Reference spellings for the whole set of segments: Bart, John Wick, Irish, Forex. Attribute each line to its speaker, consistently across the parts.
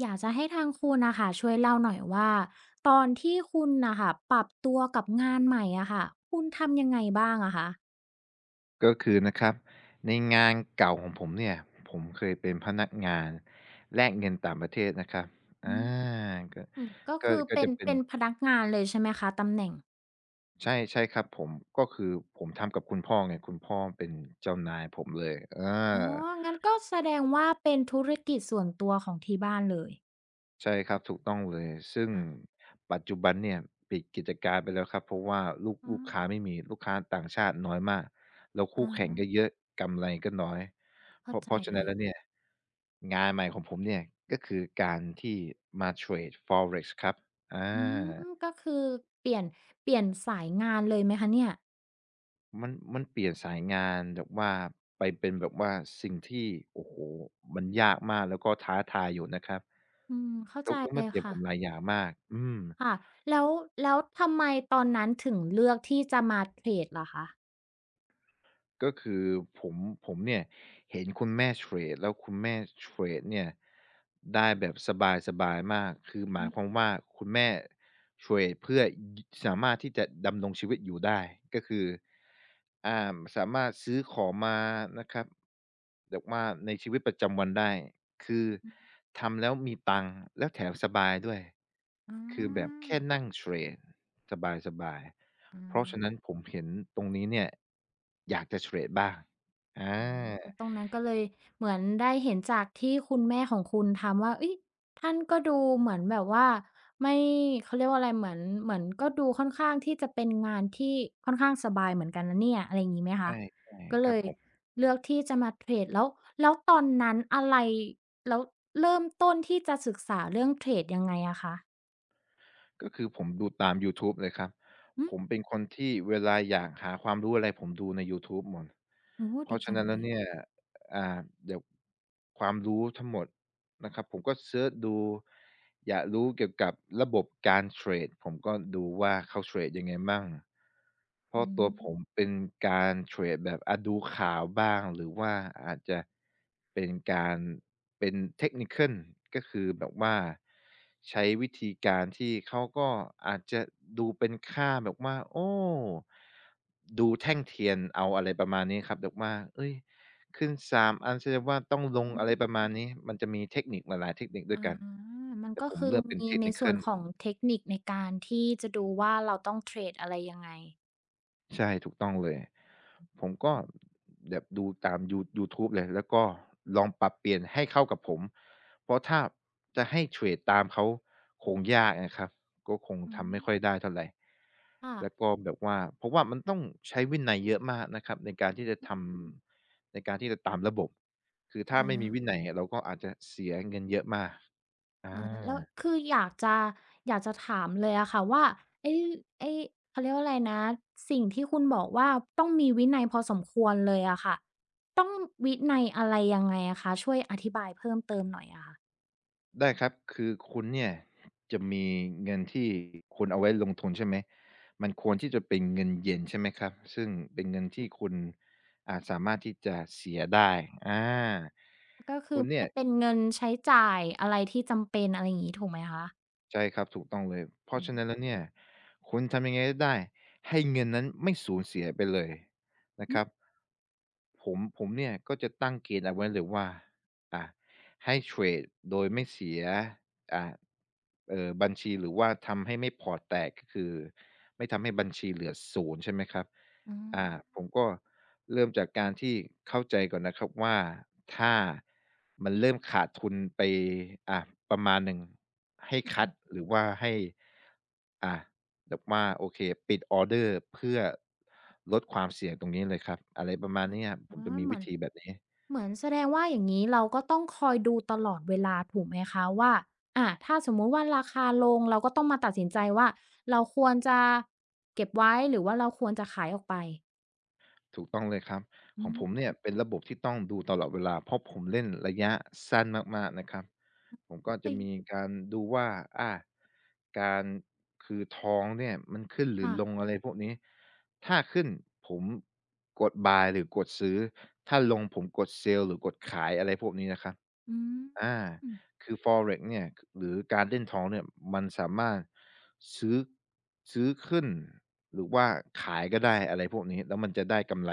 Speaker 1: อยากจะให้ทางคุณนะคะช่วยเล่าหน่อยว่าตอนที่คุณนะคะปรับตัวกับงานใหม่อะค่ะคุณทำยังไงบ้างอะคะ
Speaker 2: ก็คือนะครับในงานเก่าของผมเนี่ยผมเคยเป็นพนักงานแลกเงินต่างประเทศนะครับอา
Speaker 1: อืม
Speaker 2: ก็
Speaker 1: ก็คือ
Speaker 2: ก็
Speaker 1: เป็น
Speaker 2: จะเป็น
Speaker 1: เป็นพนักงานเลยใช่ไหมคะตำแหน่ง
Speaker 2: ใช่ใช่ครับผมก็คือผมทำกับคุณพ่อไงคุณพ่อเป็นเจ้านายผมเลยเอ
Speaker 1: อ๋อ
Speaker 2: อ
Speaker 1: งั้นก็แสดงว่าเป็นธุรกิจส่วนตัวของที่บ้านเลย
Speaker 2: ใช่ครับถูกต้องเลยซึ่ง
Speaker 1: อา
Speaker 2: ปัจจุบันเนี่ยปิดกิจการไปแล้วครับเพราะว่า
Speaker 1: อ๋อ
Speaker 2: ลูกค้าไม่มีลูกค้าต่างชาติน้อยมากแล้ว
Speaker 1: อ๋
Speaker 2: คู่
Speaker 1: อ
Speaker 2: แข่งก็เยอะกำไรก็น้อย
Speaker 1: เข้าใจ
Speaker 2: เพราะฉะ
Speaker 1: เล
Speaker 2: นั้น
Speaker 1: ย
Speaker 2: แล้วเนี่ยงานใหม่ของผมเนี่ยก็คือการที่มาเทรด Forex ครับอา
Speaker 1: อืมก็คือเปลี่ยนเปลี่ยนสายงานเลยไหมคะเนี่ย
Speaker 2: มันมันเปลี่ยนสายงานแบบว่าไปเป็นแบบว่าสิ่งที่โอ้โฮมันยากมากแล้วก็ท้าทายอยู่นะครับ
Speaker 1: อืมเข้าใจ
Speaker 2: แล้ว
Speaker 1: เล
Speaker 2: มัน
Speaker 1: ย
Speaker 2: เปลี่ยนผ
Speaker 1: ค่ะ
Speaker 2: มหลายอย่างมากอืม
Speaker 1: ค่ะแล้วแล้วทำไมตอนนั้นถึงเลือกที่จะมาเทรดล่ะคะ
Speaker 2: ก็คือผมผมเนี่ยเห็นคุณแม่เทรดแล้วคุณแม่เทรดเนี่ยได้แบบสบายๆมากคือห
Speaker 1: อื
Speaker 2: มายความ
Speaker 1: ม
Speaker 2: ว่าคุณแม่เทรดเพื่อยสามารถที่จะดำรงชีวิตอยู่ได้ก็คือสามารถซื้อของมานะครับแบบว่าในชีวิตประจำวันได้คือทำแล้วมีตังค์แล้วแถมสบายด้วย
Speaker 1: อา
Speaker 2: คือแบบแค่นั่งเทรดสบาย
Speaker 1: อ๋
Speaker 2: ๆ เพราะฉะนั้น
Speaker 1: อ
Speaker 2: ผมเห็นตรงนี้เนี่ยอยากจะเทรดบ้างอ
Speaker 1: อืม
Speaker 2: า
Speaker 1: ตรงนั้นก็เลยเหมือนได้เห็นจากที่คุณแม่ของคุณทำว่าเอ้ยท่านก็ดูเหมือนแบบว่าไม่เขาเรียกว่าอะไรเหมือนก็ดูค่อนข้างที่จะเป็นงานที่ค่อนข้างสบายเหมือนกันนะเนี่ยอะไรอย่างงี้ไหมคะ
Speaker 2: ใช่
Speaker 1: ก็
Speaker 2: ๆค
Speaker 1: เล
Speaker 2: รับ
Speaker 1: ย
Speaker 2: ผม
Speaker 1: เลือกที่จะมาเทรดแล้วตอนนั้นอะไรแล้วเริ่มต้นที่จะศึกษาเรื่องเทรดยังไงอะคะ
Speaker 2: ก็คือผมดูตามยูทูบเลยครับ
Speaker 1: อืม
Speaker 2: ผมเป็นคนที่เวลาอยากหาความรู้อะไรผมดูในยูทูบหมด
Speaker 1: โอ้
Speaker 2: เพ
Speaker 1: โดี
Speaker 2: ราะฉะ
Speaker 1: จัง
Speaker 2: นั้น
Speaker 1: เล
Speaker 2: แล้ว
Speaker 1: ย
Speaker 2: เนี่ย อ่าเดี๋ยวความรู้ทั้งหมด นะครับผมก็เซิร์ชดูอยากรู้เกี่ยวกับระบบการเทรดผมก็ดูว่าเขาเทรดยังไงมั่งเพ
Speaker 1: อื
Speaker 2: ราะตัว
Speaker 1: ม
Speaker 2: ผมเป็นการเทรดแบบอะดูข่าวบ้างหรือว่าอาจจะเป็นการเป็น Technical ก็คือแบบว่าใช้วิธีการที่เขาก็อาจจะดูเป็นค่าแบบว่าโอ้ดูแท่งเทียนเอาอะไรประมาณนี้ครับแบบว่าเฮ้ย ขึ้น3อันแสดงว่าต้องลง
Speaker 1: อื
Speaker 2: อะไร
Speaker 1: ม
Speaker 2: ประมาณนี้มันจะมีเทคนิคหลายๆเทคนิคด้ว
Speaker 1: อ๋
Speaker 2: ย
Speaker 1: อ
Speaker 2: กัน
Speaker 1: มัน
Speaker 2: แต่
Speaker 1: ก็
Speaker 2: ผม
Speaker 1: คือ
Speaker 2: เลือกเป็น
Speaker 1: มีในส่วน
Speaker 2: Technical
Speaker 1: ของเทคนิคในการที่จะดูว่าเราต้องเทรดอะไรยังไง
Speaker 2: ใช่ถูกต้องเลยผมก็แบบดูตามยูทูบเลยแล้วก็ลองปรับเปลี่ยนให้เข้ากับผมเพราะถ้าจะให้เทรดตามเขาคงยากนะครับก็คง
Speaker 1: อื
Speaker 2: ทำ
Speaker 1: ม
Speaker 2: ไม่ค่อยได้เท่าไร
Speaker 1: ค่ะ
Speaker 2: แล้วก็แบบว่าเพราะว่ามันต้องใช้วินัยเยอะมากนะครับในการที่จะท
Speaker 1: อืม
Speaker 2: ำในการที่จะตามระบบคือถ้า
Speaker 1: อา
Speaker 2: ไม่มีวินัยอะเราก็อาจจะเสียเงินเยอะมาก อา
Speaker 1: อาแล้วคืออยากจะถามเลยอะค่ะว่าไอ้ไอ้เขาเรียกว่าอะไรนะสิ่งที่คุณบอกว่าต้องมีวินัยพอสมควรเลยอะค่ะต้องวินัยอะไรยังไงอะคะช่วยอธิบายเพิ่มเติมหน่อยอะค่ะ
Speaker 2: ได้ครับคือคุณเนี่ยจะมีเงินที่คุณเอาไว้ลงทุนใช่ไหมมันควรที่จะเป็นเงินเย็นใช่ไหมครับซึ่งเป็นเงินที่คุณสามารถที่จะเสียได้อา
Speaker 1: ก็คื
Speaker 2: คุ
Speaker 1: อ
Speaker 2: ณ
Speaker 1: ไม่
Speaker 2: เนี่
Speaker 1: ได้
Speaker 2: ย
Speaker 1: เป็นเงินใช้จ่ายอะไรที่จำเป็นอะไรอย่างนี้ถูกไหมคะ
Speaker 2: ใช่ครับถูกต้องเลยเพ
Speaker 1: อื
Speaker 2: ราะฉะ
Speaker 1: ม
Speaker 2: นั้นแล้วเนี่ยคุณทำยังไงก็ได้ให้เงินนั้นไม่สูญเสียไปเลย
Speaker 1: อ
Speaker 2: นะ
Speaker 1: ฮ
Speaker 2: ครับ ผมเนี่ยก็จะตั้งเกณฑ์เอาไว้เลยว่าอ่าให้เทรดโดยไม่เสียอ่าเออบัญชีหรือว่าทำให้ไม่พอร์ตแตกก็คือไม่ทำให้บัญชีเหลือศูนย์ใช่ไหมครับ
Speaker 1: อื
Speaker 2: อ่าผมก็เริ่มจากการที่เข้าใจก่อนนะครับว่าถ้ามันเริ่มขาดทุนไปอ่าประมาณหนึ่งให้คัด
Speaker 1: ม
Speaker 2: หรือว่าให้อ่า แบบว่าโอเคปิดออร์เดอร์เพื่อลดความเสี่ยงตรงนี้เลยครับอะไรประมาณเนี้ยผ
Speaker 1: อ๋
Speaker 2: ม
Speaker 1: อ
Speaker 2: จะมี
Speaker 1: เหมื
Speaker 2: วิ
Speaker 1: อน
Speaker 2: ธีแบบนี้
Speaker 1: เหมือนแสดงว่าอย่างงี้เราก็ต้องคอยดูตลอดเวลาถูกไหมคะว่าถ้าสมมุติว่าราคาลงเราก็ต้องมาตัดสินใจว่าเราควรจะเก็บไว้หรือว่าเราควรจะขายออกไป
Speaker 2: ถูกต้องเลยครับ
Speaker 1: อื
Speaker 2: ของผมเนี่ย
Speaker 1: ม
Speaker 2: เป็นระบบที่ต้องดูตลอดเวลาเพราะผมเล่นระยะสั้นมากๆนะครับ ผมก็จะ
Speaker 1: เป็น
Speaker 2: มีการดูว่าอาการคือทองเนี่ยมันขึ้นหรือ
Speaker 1: ค่ะ
Speaker 2: ลงอะไรพวกนี้ถ้าขึ้นผมกด buy หรือกดซื้อ ถ้าลงผมกด sell หรือกดขายอะไรพวกนี้นะครับ
Speaker 1: อืม
Speaker 2: อาคือ Forex เนี่ยหรือการเล่นทองเนี่ยมันสามารถซื้อซื้อขึ้นหรือว่าขายก็ได้อะไรพวกนี้แล้วมันจะได้กำไร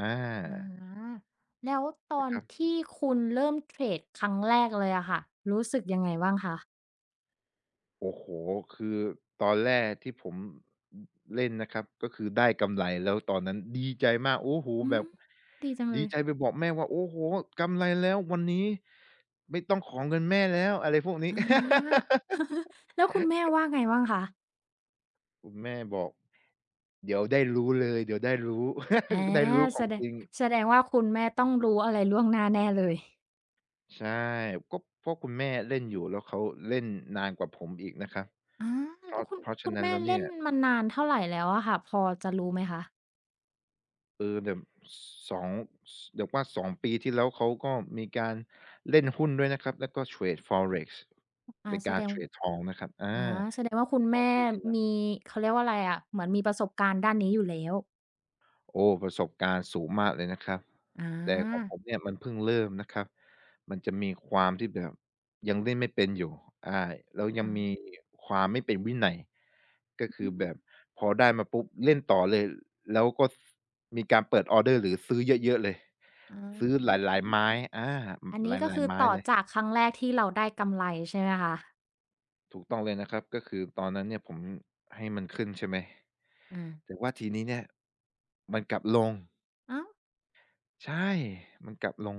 Speaker 2: อา
Speaker 1: อาแล้วตอ
Speaker 2: นะ
Speaker 1: น
Speaker 2: ครับ
Speaker 1: ที่คุณเริ่มเทรดครั้งแรกเลยอะค่ะรู้สึกยังไงบ้างคะ
Speaker 2: โอ้โฮคือตอนแรกที่ผมอเล่นนะครับก็คือได้กำไรแล้วตอนนั้นดีใจมากโอ้โฮ
Speaker 1: อื
Speaker 2: แบ
Speaker 1: ม
Speaker 2: บ
Speaker 1: ดีจังเล
Speaker 2: ดี
Speaker 1: ย
Speaker 2: ใจไปบอกแม่ว่าโอ้โฮกำไรแล้ววันนี้ไม่ต้องขอเงินแม่แล้วอะไรพวกนี้
Speaker 1: อา แล้วคุณแม่ว่าไงบ้างคะ
Speaker 2: คุณแม่บอกเดี๋ยวได้รู้เลยเดี๋ยวได้รู้
Speaker 1: อา
Speaker 2: ได้รู้ข
Speaker 1: แส
Speaker 2: อง
Speaker 1: ด
Speaker 2: จ
Speaker 1: ง
Speaker 2: ริง
Speaker 1: แสดงว่าคุณแม่ต้องรู้อะไรล่วงหน้าแน่เลย
Speaker 2: ใช่ก็เพราะคุณแม่เล่นอยู่แล้วเขาเล่นนานกว่าผมอีกนะครับ
Speaker 1: อาแล้วคุณ
Speaker 2: เพราะฉะ
Speaker 1: คุณ
Speaker 2: นั้น
Speaker 1: แม่
Speaker 2: แล้ว
Speaker 1: เล่
Speaker 2: เนี่
Speaker 1: น
Speaker 2: ย
Speaker 1: มานานเท่าไรแล้วอะค่ะพอจะรู้ไหมคะ
Speaker 2: เออแบบส2สเดี๋ยวว่า2ปีที่แล้วเขาก็มีการเล่นหุ้นด้วยนะครับแล้วก็เทรด Forex
Speaker 1: อา
Speaker 2: เป็น
Speaker 1: แส
Speaker 2: กา
Speaker 1: ด
Speaker 2: ร
Speaker 1: ง
Speaker 2: เทรดทองนะครับ
Speaker 1: อาแสดงว่าคุณ
Speaker 2: สอง
Speaker 1: แม่
Speaker 2: ปีที่แล้ว
Speaker 1: มีเขาเรียกว่าอะไรอะเหมือนมีประสบการณ์ด้านนี้อยู่แล้ว
Speaker 2: โอ้ประสบการณ์สูงมากเลยนะครับ
Speaker 1: อ
Speaker 2: แต่ของผ
Speaker 1: า
Speaker 2: มเนี่ยมันเพิ่งเริ่มนะครับมันจะมีความที่แบบยังเล่นไม่เป็นอยู่อาแล้วยั
Speaker 1: อา
Speaker 2: งมีความไม่เป็นวินัยก็คื
Speaker 1: อื
Speaker 2: อแบ
Speaker 1: ม
Speaker 2: บพอได้มาปุ๊บเล่นต่อเลยแล้วก็มีการเปิดออร์เดอร์หรือซื้อเยอะๆเลย
Speaker 1: อ
Speaker 2: ซื้อห
Speaker 1: า
Speaker 2: ลายๆไม้อา
Speaker 1: อัน
Speaker 2: ห
Speaker 1: นี้ก็
Speaker 2: ลาย
Speaker 1: คือ
Speaker 2: ๆไม้
Speaker 1: ต่อ
Speaker 2: เลย
Speaker 1: จากครั้งแรกที่เราได้กำไรใช่ไหมคะ
Speaker 2: ถูกต้องเลยนะครับก็คือตอนนั้นเนี่ยผมให้มันขึ้นใช่ไหม
Speaker 1: อา
Speaker 2: แต่ว่าทีนี้เนี่ยมันกลับลง
Speaker 1: อ้าว
Speaker 2: ใช่มันกลับลง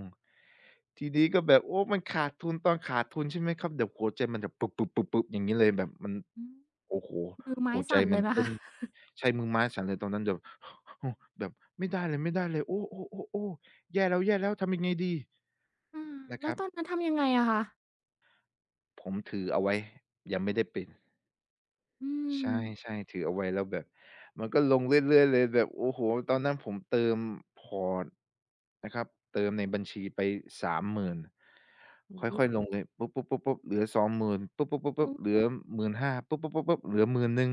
Speaker 2: ทีนี้ก็แบบโอ้มันขาดทุนตอนขาดทุนใช่ไหมครับ เดี๋ยวหัวใจมันจะปุ๊บๆๆๆอย่างงี้เลยแบบมัน
Speaker 1: อืม
Speaker 2: โอ้โฮ
Speaker 1: มือไม้
Speaker 2: หัวใจ
Speaker 1: สั่นเล
Speaker 2: มั
Speaker 1: ย
Speaker 2: น
Speaker 1: ไหม
Speaker 2: เต้
Speaker 1: คะ
Speaker 2: นใช่มือไม้สั่นเลยตอนนั้นแบบ แบบไม่ได้เลยๆโอ้ๆๆๆแย่แล้วๆทำยังไงดี
Speaker 1: อา
Speaker 2: นะค
Speaker 1: แล้ว
Speaker 2: รับ
Speaker 1: ตอนนั้นทำยังไงอะคะ
Speaker 2: ผมถือเอาไว้ยังไม่ได้ปิด
Speaker 1: อื
Speaker 2: ใช
Speaker 1: ม
Speaker 2: ่ๆถือเอาไว้แล้วแบบมันก็ลงเรื่อยๆเลยแบบโอ้โฮตอนนั้นผมเติมพอร์ตนะครับเติมในบัญชีไปสามหมื่นค่อยๆลงเลยปุ๊บๆๆๆเหลือสองหมื่นปุ๊บๆๆๆเหลือหมื่นห้าปุ๊บๆๆๆเหลือหมื่นหนึ่ง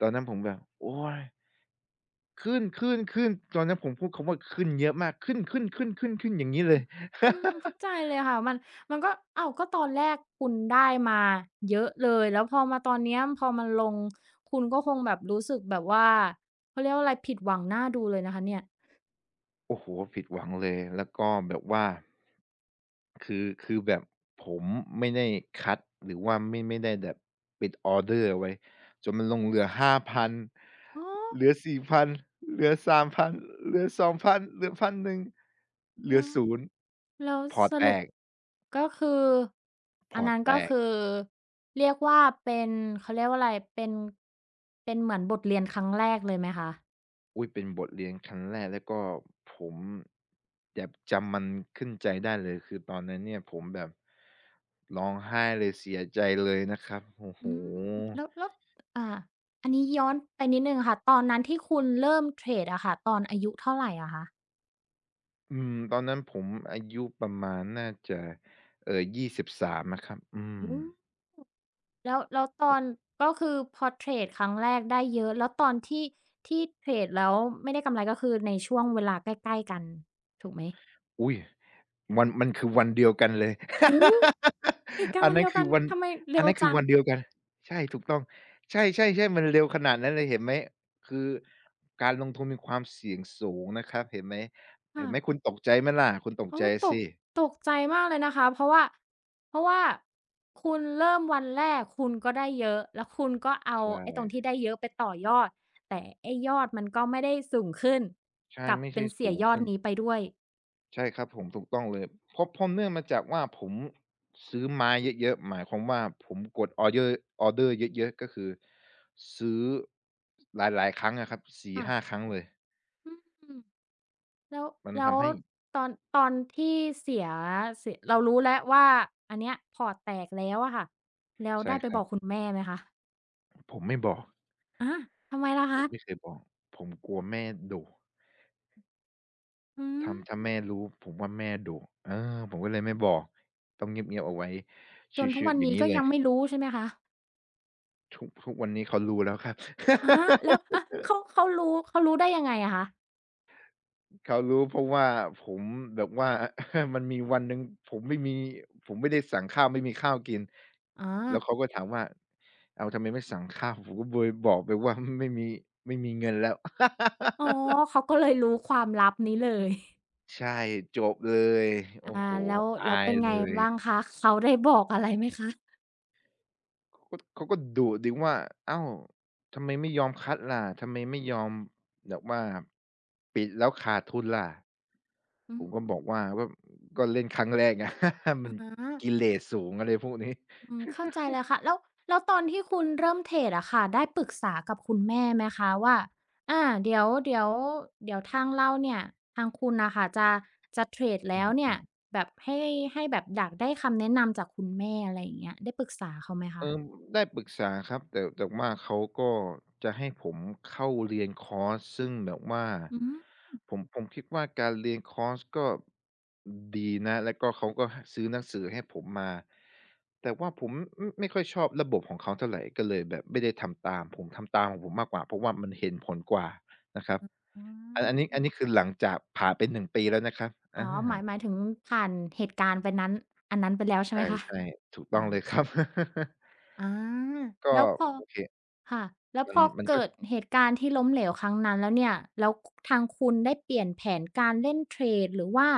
Speaker 2: ตอนนั้นผมแบบโอ๊ยขึ้นๆๆตอนนั้นผมพูดคำว่าขึ้นเยอะมากขึ้นๆๆๆๆอย่างงี้เลย
Speaker 1: อืมเข้าใจเลยค่ะมันก็อ้าวก็ตอนแรกคุณได้มาเยอะเลยแล้วพอมาตอนเนี้ยพอมันลงคุณก็คงแบบรู้สึกแบบว่าเขาเรียกว่าอะไรผิดหวังน่าดูเลยนะคะเนี่ย
Speaker 2: โอ้โฮผิดหวังเลยแล้วก็แบบว่า คือแบบผมไม่ได้คัดหรือว่าไม่ไม่ได้แบบเป็นออร์เดอร์เอาไว้จนมันลงเหลือห้าพัน
Speaker 1: อ๋อ
Speaker 2: เหลือสี่0 0 0เหลือสาม0 0 0เหลือสอง0 0 0เหลือพัน0 0งเหลื
Speaker 1: แล้
Speaker 2: อ
Speaker 1: ว
Speaker 2: 0
Speaker 1: แล้ว
Speaker 2: พอร์ต
Speaker 1: ส
Speaker 2: แต
Speaker 1: รุป
Speaker 2: ก
Speaker 1: ก็คือ
Speaker 2: พ
Speaker 1: อัน
Speaker 2: อร์ต
Speaker 1: นั้น
Speaker 2: แต
Speaker 1: ก็
Speaker 2: ก
Speaker 1: คือเรียกว่าเป็นเขาเรียกว่าอะไรเป็นเหมือนบทเรียนครั้งแรกเลยไหมคะ
Speaker 2: อุ๊ยเป็นบทเรียนครั้งแรกแล้วก็ผมแบบจำมันขึ้นใจได้เลยคือตอนนั้นเนี่ยผมแบบร้องไห้เลยเสียใจเลยนะครับโอ้โฮ
Speaker 1: อืมแล้วอ่าอันนี้ย้อนไปนิดหนึ่งค่ะตอนนั้นที่คุณเริ่มเทรดอะค่ะตอนอายุเท่าไรอะคะ
Speaker 2: อืมตอนนั้นผมอายุประมาณน่าจะ23อะครับอื
Speaker 1: อื
Speaker 2: ม
Speaker 1: มแล้วตอนก็คือพอเทรดครั้งแรกได้เยอะแล้วตอนที่ที่เทรดแล้วไม่ได้กำไรก็คือในช่วงเวลาใกล้ๆกันถูกไหม
Speaker 2: อุ๊ยวันมันคือวันเดียวกันเลย
Speaker 1: โอ้เหตุการ
Speaker 2: อั
Speaker 1: ณ์
Speaker 2: น
Speaker 1: วัน
Speaker 2: นั้
Speaker 1: เดี
Speaker 2: น
Speaker 1: ยว
Speaker 2: คื
Speaker 1: กั
Speaker 2: อ
Speaker 1: น
Speaker 2: วัน
Speaker 1: ทำไม
Speaker 2: อั
Speaker 1: เร็
Speaker 2: น
Speaker 1: ว
Speaker 2: นั้นคื
Speaker 1: จั
Speaker 2: อ
Speaker 1: ง
Speaker 2: วันเดียวกันใช่ถูกต้องใช่ๆๆมันเร็วขนาดนั้นเลยเห็นไหมคือการลงทุนมีความเสี่ยงสูงนะครับเห็นไหมเห็
Speaker 1: ค่ะ
Speaker 2: นไหมคุณตกใจไหมล่ะคุณตก
Speaker 1: โอ้
Speaker 2: ใจ
Speaker 1: ตก
Speaker 2: สิ
Speaker 1: ตกใจมากเลยนะคะเพราะว่าเพราะว่าคุณเริ่มวันแรกคุณก็ได้เยอะแล้วคุณก็เอา
Speaker 2: ใช่
Speaker 1: ไอ้ตรงที่ได้เยอะไปต่อยอดแต่ไอ้ยอดมันก็ไม่ได้สูงขึ้น
Speaker 2: ใช่
Speaker 1: กลับ
Speaker 2: ไม่
Speaker 1: เป็
Speaker 2: ใช่
Speaker 1: นเสีย
Speaker 2: สูง
Speaker 1: ยอด
Speaker 2: ขึ้น
Speaker 1: นี้ไปด้วย
Speaker 2: ใช่ครับผมถูกต้องเลยเพราะเนื่องมาจากว่าผมซื้อไม้เยอะๆหมายความว่าผมกดออเดอร์ออร์เดอร์เยอะๆก็คือซื้อหลายๆครั้งอะครับ
Speaker 1: ค่ะ
Speaker 2: 4-5ครั้งเลย
Speaker 1: อืม แล้ว
Speaker 2: มัน
Speaker 1: แล้ว
Speaker 2: ทำให้
Speaker 1: ตอนตอนที่เสียเสียเรารู้แล้วว่าอันเนี้ยพอร์ตแตกแล้วอะค่ะแล้ว
Speaker 2: ใช่
Speaker 1: ได้ไป
Speaker 2: ครั
Speaker 1: บอก
Speaker 2: บ
Speaker 1: คุณแม่ไหมคะ
Speaker 2: ผมไม่บอก
Speaker 1: อาทำไมล่ะ
Speaker 2: ผ
Speaker 1: คะ
Speaker 2: มไม่เคยบอกผมกลัวแม่ดุ
Speaker 1: อืม
Speaker 2: ทำถ้าแม่รู้ผมว่าแม่ดุเออผมก็เลยไม่บอกต้องเงียบๆเอาไว้ช
Speaker 1: จนทุก
Speaker 2: ิล
Speaker 1: วัน
Speaker 2: ๆอย่าง
Speaker 1: นี้
Speaker 2: งี้
Speaker 1: ก็
Speaker 2: เล
Speaker 1: ยั
Speaker 2: ย
Speaker 1: งไม่รู้ใช่ไหมคะ
Speaker 2: ทุกวันนี้เขารู้แล้วครับ
Speaker 1: อาแล้วอาเขารู้ได้ยังไงอะคะ
Speaker 2: เขารู้เพราะว่าผมแบบว่า มันมีวันหนึ่งผมไม่มีผมไม่ได้สั่งข้าวไม่มีข้าวกินแล้
Speaker 1: อา
Speaker 2: วเขาก็ถามว่าเอาทำไมไม่สั่งข้าวผมก็โบยบอกไปว่า ไม่มีไม่มีเงินแล้ว
Speaker 1: อ๋อ เขาก็เลยรู้ความลับนี้เลย
Speaker 2: ใช่จบเลยโอ้
Speaker 1: อา
Speaker 2: โห
Speaker 1: แล้ว
Speaker 2: อา
Speaker 1: แล้ว
Speaker 2: ย
Speaker 1: เป็น
Speaker 2: เล
Speaker 1: ไง
Speaker 2: ย
Speaker 1: บ้างคะเขาได้บอกอะไรไหมคะ
Speaker 2: เขาก็ดุดิว่าอ้าวทำไมไม่ยอมคัดล่ะทำไมไม่ยอมแบบว่าปิดแล้วขาดทุนล่ะ
Speaker 1: อื
Speaker 2: ผ
Speaker 1: ม
Speaker 2: มก็บอกว่าก็ก็เล่นครั้งแรกไง มั
Speaker 1: อะ
Speaker 2: น
Speaker 1: ฮะ
Speaker 2: กิเลสสูงอะไรพวกนี้
Speaker 1: อืมเข้าใจแล้วค่ะแล้วตอนที่คุณเริ่มเทรดอะค่ะได้ปรึกษากับคุณแม่ไหมคะว่าอาเดี๋ยวทางเราเนี่ยทางคุณน่ะค่ะจะเทรด
Speaker 2: อื
Speaker 1: แล้วเนี่
Speaker 2: ม
Speaker 1: ยแบบให้แบบอยากได้คำแนะนำจากคุณแม่อะไรอย่างเงี้ยได้ปรึกษาเขาไหม
Speaker 2: เอ
Speaker 1: คะ
Speaker 2: อได้ปรึกษาครับแต่ว่าเขาก็จะให้ผมเข้าเรียนคอร์สซึ่งแบบว่า
Speaker 1: อือ
Speaker 2: ผมคิดว่าการเรียนคอร์สก็ดีนะแล้วก็เขาก็ซื้อหนังสือให้ผมมาแต่ว่าผมอืมไม่ค่อยชอบระบบของเขาเท่าไรก็เลยแบบไม่ได้ทำตามผมทำตามของผมมากกว่าเพราะว่ามันเห็นผลกว่านะครับ
Speaker 1: อื
Speaker 2: อัน
Speaker 1: ม
Speaker 2: นี้คือหลังจากผ่านไป1ปีแล้วนะครับอ
Speaker 1: อ๋อหมายหมา
Speaker 2: า
Speaker 1: ยถึงผ่านเหตุการณ์ไปนั้นอันนั้นไปแล้วใช่
Speaker 2: ใ
Speaker 1: ไหมคะ
Speaker 2: ช่ๆถูกต้
Speaker 1: อา
Speaker 2: องเลยครับ
Speaker 1: อา
Speaker 2: ก็
Speaker 1: แล้วพอ
Speaker 2: โอเค
Speaker 1: ค่ะ แล้ว
Speaker 2: มั
Speaker 1: พ
Speaker 2: น
Speaker 1: อ
Speaker 2: มันก็
Speaker 1: เกิดเหตุการณ์ที่ล้มเหลวครั้งนั้นแล้วเนี่ยแล้วคทางคุณได้เปลี่ยนแผนการเล่นเทรดหรือว่า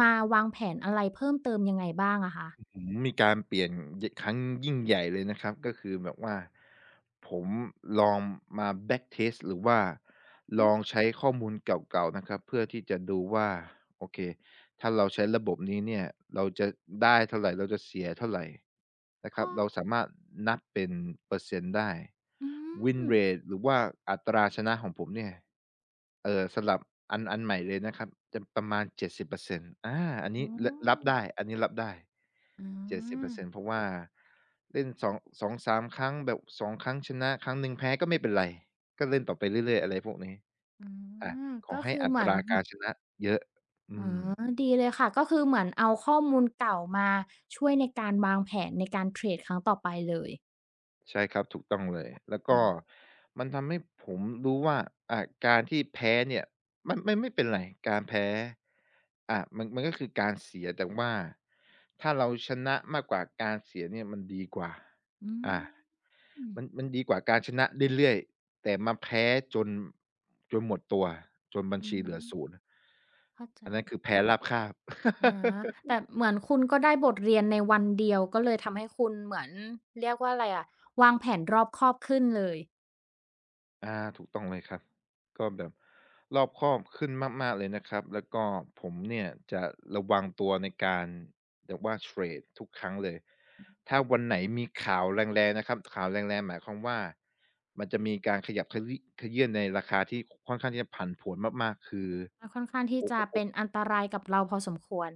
Speaker 1: มาวางแผนอะไรเพิ่มเติมยังไงบ้างอะคะ
Speaker 2: ผมมีการเปลี่ยนครั้งยิ่งใหญ่เลยนะครับก็คือแบบว่าผมลองมา back test หรือว่า
Speaker 1: อื
Speaker 2: ล
Speaker 1: ม
Speaker 2: องใช้ข้อมูลเก่าๆนะครับเพื่อที่จะดูว่าโอเค ถ้าเราใช้ระบบนี้เนี่ย เราจะได้เท่าไรเราจะเสียเท่าไรนะครับ
Speaker 1: ก็
Speaker 2: เราสามารถนับเป็นเปอร์เซ็นต์ได้
Speaker 1: อื
Speaker 2: Win
Speaker 1: ม
Speaker 2: rate หรือว่าอัตราชนะของผมเนี่ยเอ่อสลับอันใหม่เลยนะครับจะประมาณเจ็ดสิบเปอร์เซ็นต์อา
Speaker 1: อ๋อ
Speaker 2: อันนี้รับได้
Speaker 1: อ
Speaker 2: เจ็ดสิบเปอร์
Speaker 1: า
Speaker 2: เซ็นต์เพราะว่าเล่นสองสามครั้งแบบสองครั้งชนะครั้งหนึ่งแพ้ก็ไม่เป็นไรก็เล่นต่อไปเรื่อยๆอะไรพวกนี้
Speaker 1: อื
Speaker 2: อา
Speaker 1: ม
Speaker 2: ขอ
Speaker 1: ก็
Speaker 2: ให้
Speaker 1: คือ
Speaker 2: อั
Speaker 1: เห
Speaker 2: ต
Speaker 1: มือน
Speaker 2: รา
Speaker 1: ห
Speaker 2: การชนะเยอะอื
Speaker 1: อ๋
Speaker 2: ม
Speaker 1: อดีเลยค่ะ ก็คือเหมือนเอาข้อมูลเก่ามาช่วยในการวางแผนในการเทรดครั้งต่อไปเลย
Speaker 2: ใช่ครับถูกต้องเลยแล้ว
Speaker 1: อา
Speaker 2: ก็มันทำให้ผมรู้ว่าอ่าการที่แพ้เนี่ยมันไม่เป็นไรการแพ้อ่ามันก็คือการเสียแต่ว่าถ้าเราชนะมากกว่าการเสียเนี่ยมันดีกว่า
Speaker 1: อื
Speaker 2: อ่า
Speaker 1: มอืม
Speaker 2: มันดีกว่าการชนะเรื่อยๆแต่มาแพ้จนจนหมดตัวจนบัญชีเหลือศูนย์
Speaker 1: เข้าใจ
Speaker 2: อันนั้นคือแพ้ราบคาบ
Speaker 1: อาแต่เหมือนคุณก็ได้บทเรียนในวันเดียวก็เลยทำให้คุณเหมือนเรียกว่าอะไรอะวางแผนรอบคอบขึ้นเลย
Speaker 2: อาถูกต้องเลยครับก็แบบรอบคอบขึ้นมากๆเลยนะครับแล้วก็ผมเนี่ยจะระวังตัวในการแบบว่าเทรดทุกครั้งเลยถ้าวันไหนมีข่าวแรงๆนะครับข่าวแรงๆหมายความว่ามันจะมีการขยับขยี้ขยื่นในราคาที่ค่อนข้างที่จะผันผวนมากๆคือ
Speaker 1: มันค่อนข้าง
Speaker 2: โอ
Speaker 1: ที่จะ
Speaker 2: ้
Speaker 1: เป็นอันตรายกับเราพอสมควร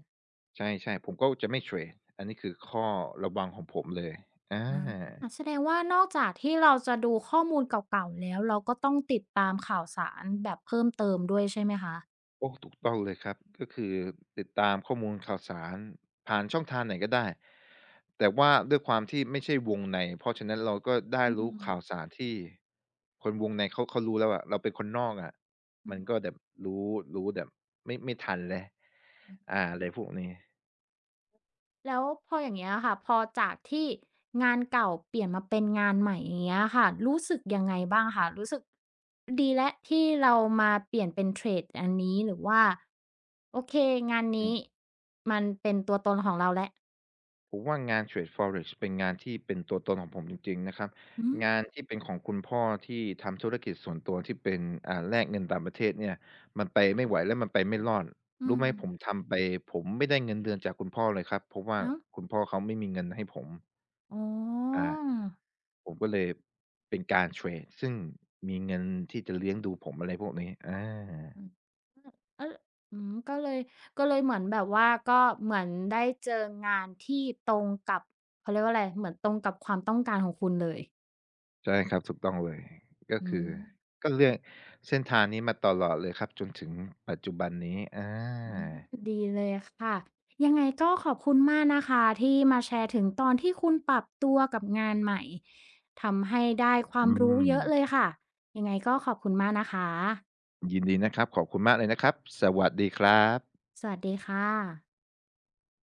Speaker 2: ใช่ๆผมก็จะไม่เทรดอันนี้คือข้อระวังของผมเลยอา
Speaker 1: อาแสดงว่านอกจากที่เราจะดูข้อมูลเก่าๆแล้วเราก็ต้องติดตามข่าวสารแบบเพิ่มเติมด้วยใช่ไหมคะ
Speaker 2: โอ้ถูกต้องเลยครับก็คือติดตามข้อมูลข่าวสารผ่านช่องทางไหนก็ได้แต่ว่าด้วยความที่ไม่ใช่วงในเพราะฉะนั้นเราก็ได้
Speaker 1: อื
Speaker 2: รู้
Speaker 1: ม
Speaker 2: ข่าวสารที่คนวงในเขาเขารู้แล้วอะเราเป็นคนนอกอะ
Speaker 1: อื
Speaker 2: มันก็แบบรู้รู้แบบไม่ทันแล้ว
Speaker 1: ม
Speaker 2: อาอะไรพวกนี้
Speaker 1: แล้วพออย่างเงี้ยค่ะพอจากที่งานเก่าเปลี่ยนมาเป็นงานใหม่อย่างเงี้ยค่ะรู้สึกยังไงบ้างคะรู้สึกดีแล้วที่เรามาเปลี่ยนเป็นเทรดอันนี้หรือว่าโอเคงาน
Speaker 2: อื
Speaker 1: นี้
Speaker 2: ม
Speaker 1: มันเป็นตัวตนของเราแล้ว
Speaker 2: ผมว่างานเทรด Forex เป็นงานที่เป็นตัวตนของผมจริงๆนะครับ
Speaker 1: อืม
Speaker 2: งานที่เป็นของคุณพ่อที่ทำธุรกิจส่วนตัวที่เป็นอ่าแลกเงินต่างประเทศเนี่ยมันไปไม่ไหวและมันไปไม่รอด
Speaker 1: อื
Speaker 2: รู้ไหมผม
Speaker 1: ม
Speaker 2: ทำไปผมไม่ได้เงินเดือนจากคุณพ่อเลยครับเพราะว่า
Speaker 1: อ้าว
Speaker 2: คุณพ่อเขาไม่มีเงินให้ผม
Speaker 1: อ๋อ
Speaker 2: อ่าผมก็เลยเป็นการเทรดซึ่งมีเงินที่จะเลี้ยงดูผมอะไรพวกนี้อา
Speaker 1: อืมเอออืมก็เลยเหมือนแบบว่าก็เหมือนได้เจองานที่ตรงกับเขาเรียกว่าอะไรเหมือนตรงกับความต้องการของคุณเลย
Speaker 2: ใช่ครับถูกต้องเลยก็
Speaker 1: อื
Speaker 2: คือ
Speaker 1: ม
Speaker 2: ก็เลือกเส้นทางนี้มาตลอดเลยครับจนถึงปัจจุบันนี้อ
Speaker 1: อื
Speaker 2: า
Speaker 1: มดีเลยค่ะยังไงก็ขอบคุณมากนะคะที่มาแชร์ถึงตอนที่คุณปรับตัวกับงานใหม่ทำให้ได้ควา
Speaker 2: อื
Speaker 1: มรู้
Speaker 2: ม
Speaker 1: เยอะเลยค่ะยังไงก็ขอบคุณมากนะคะ
Speaker 2: ยินดีนะครับขอบคุณมากเลยนะครับสวัสดีครับ
Speaker 1: สวัสดีค่ะ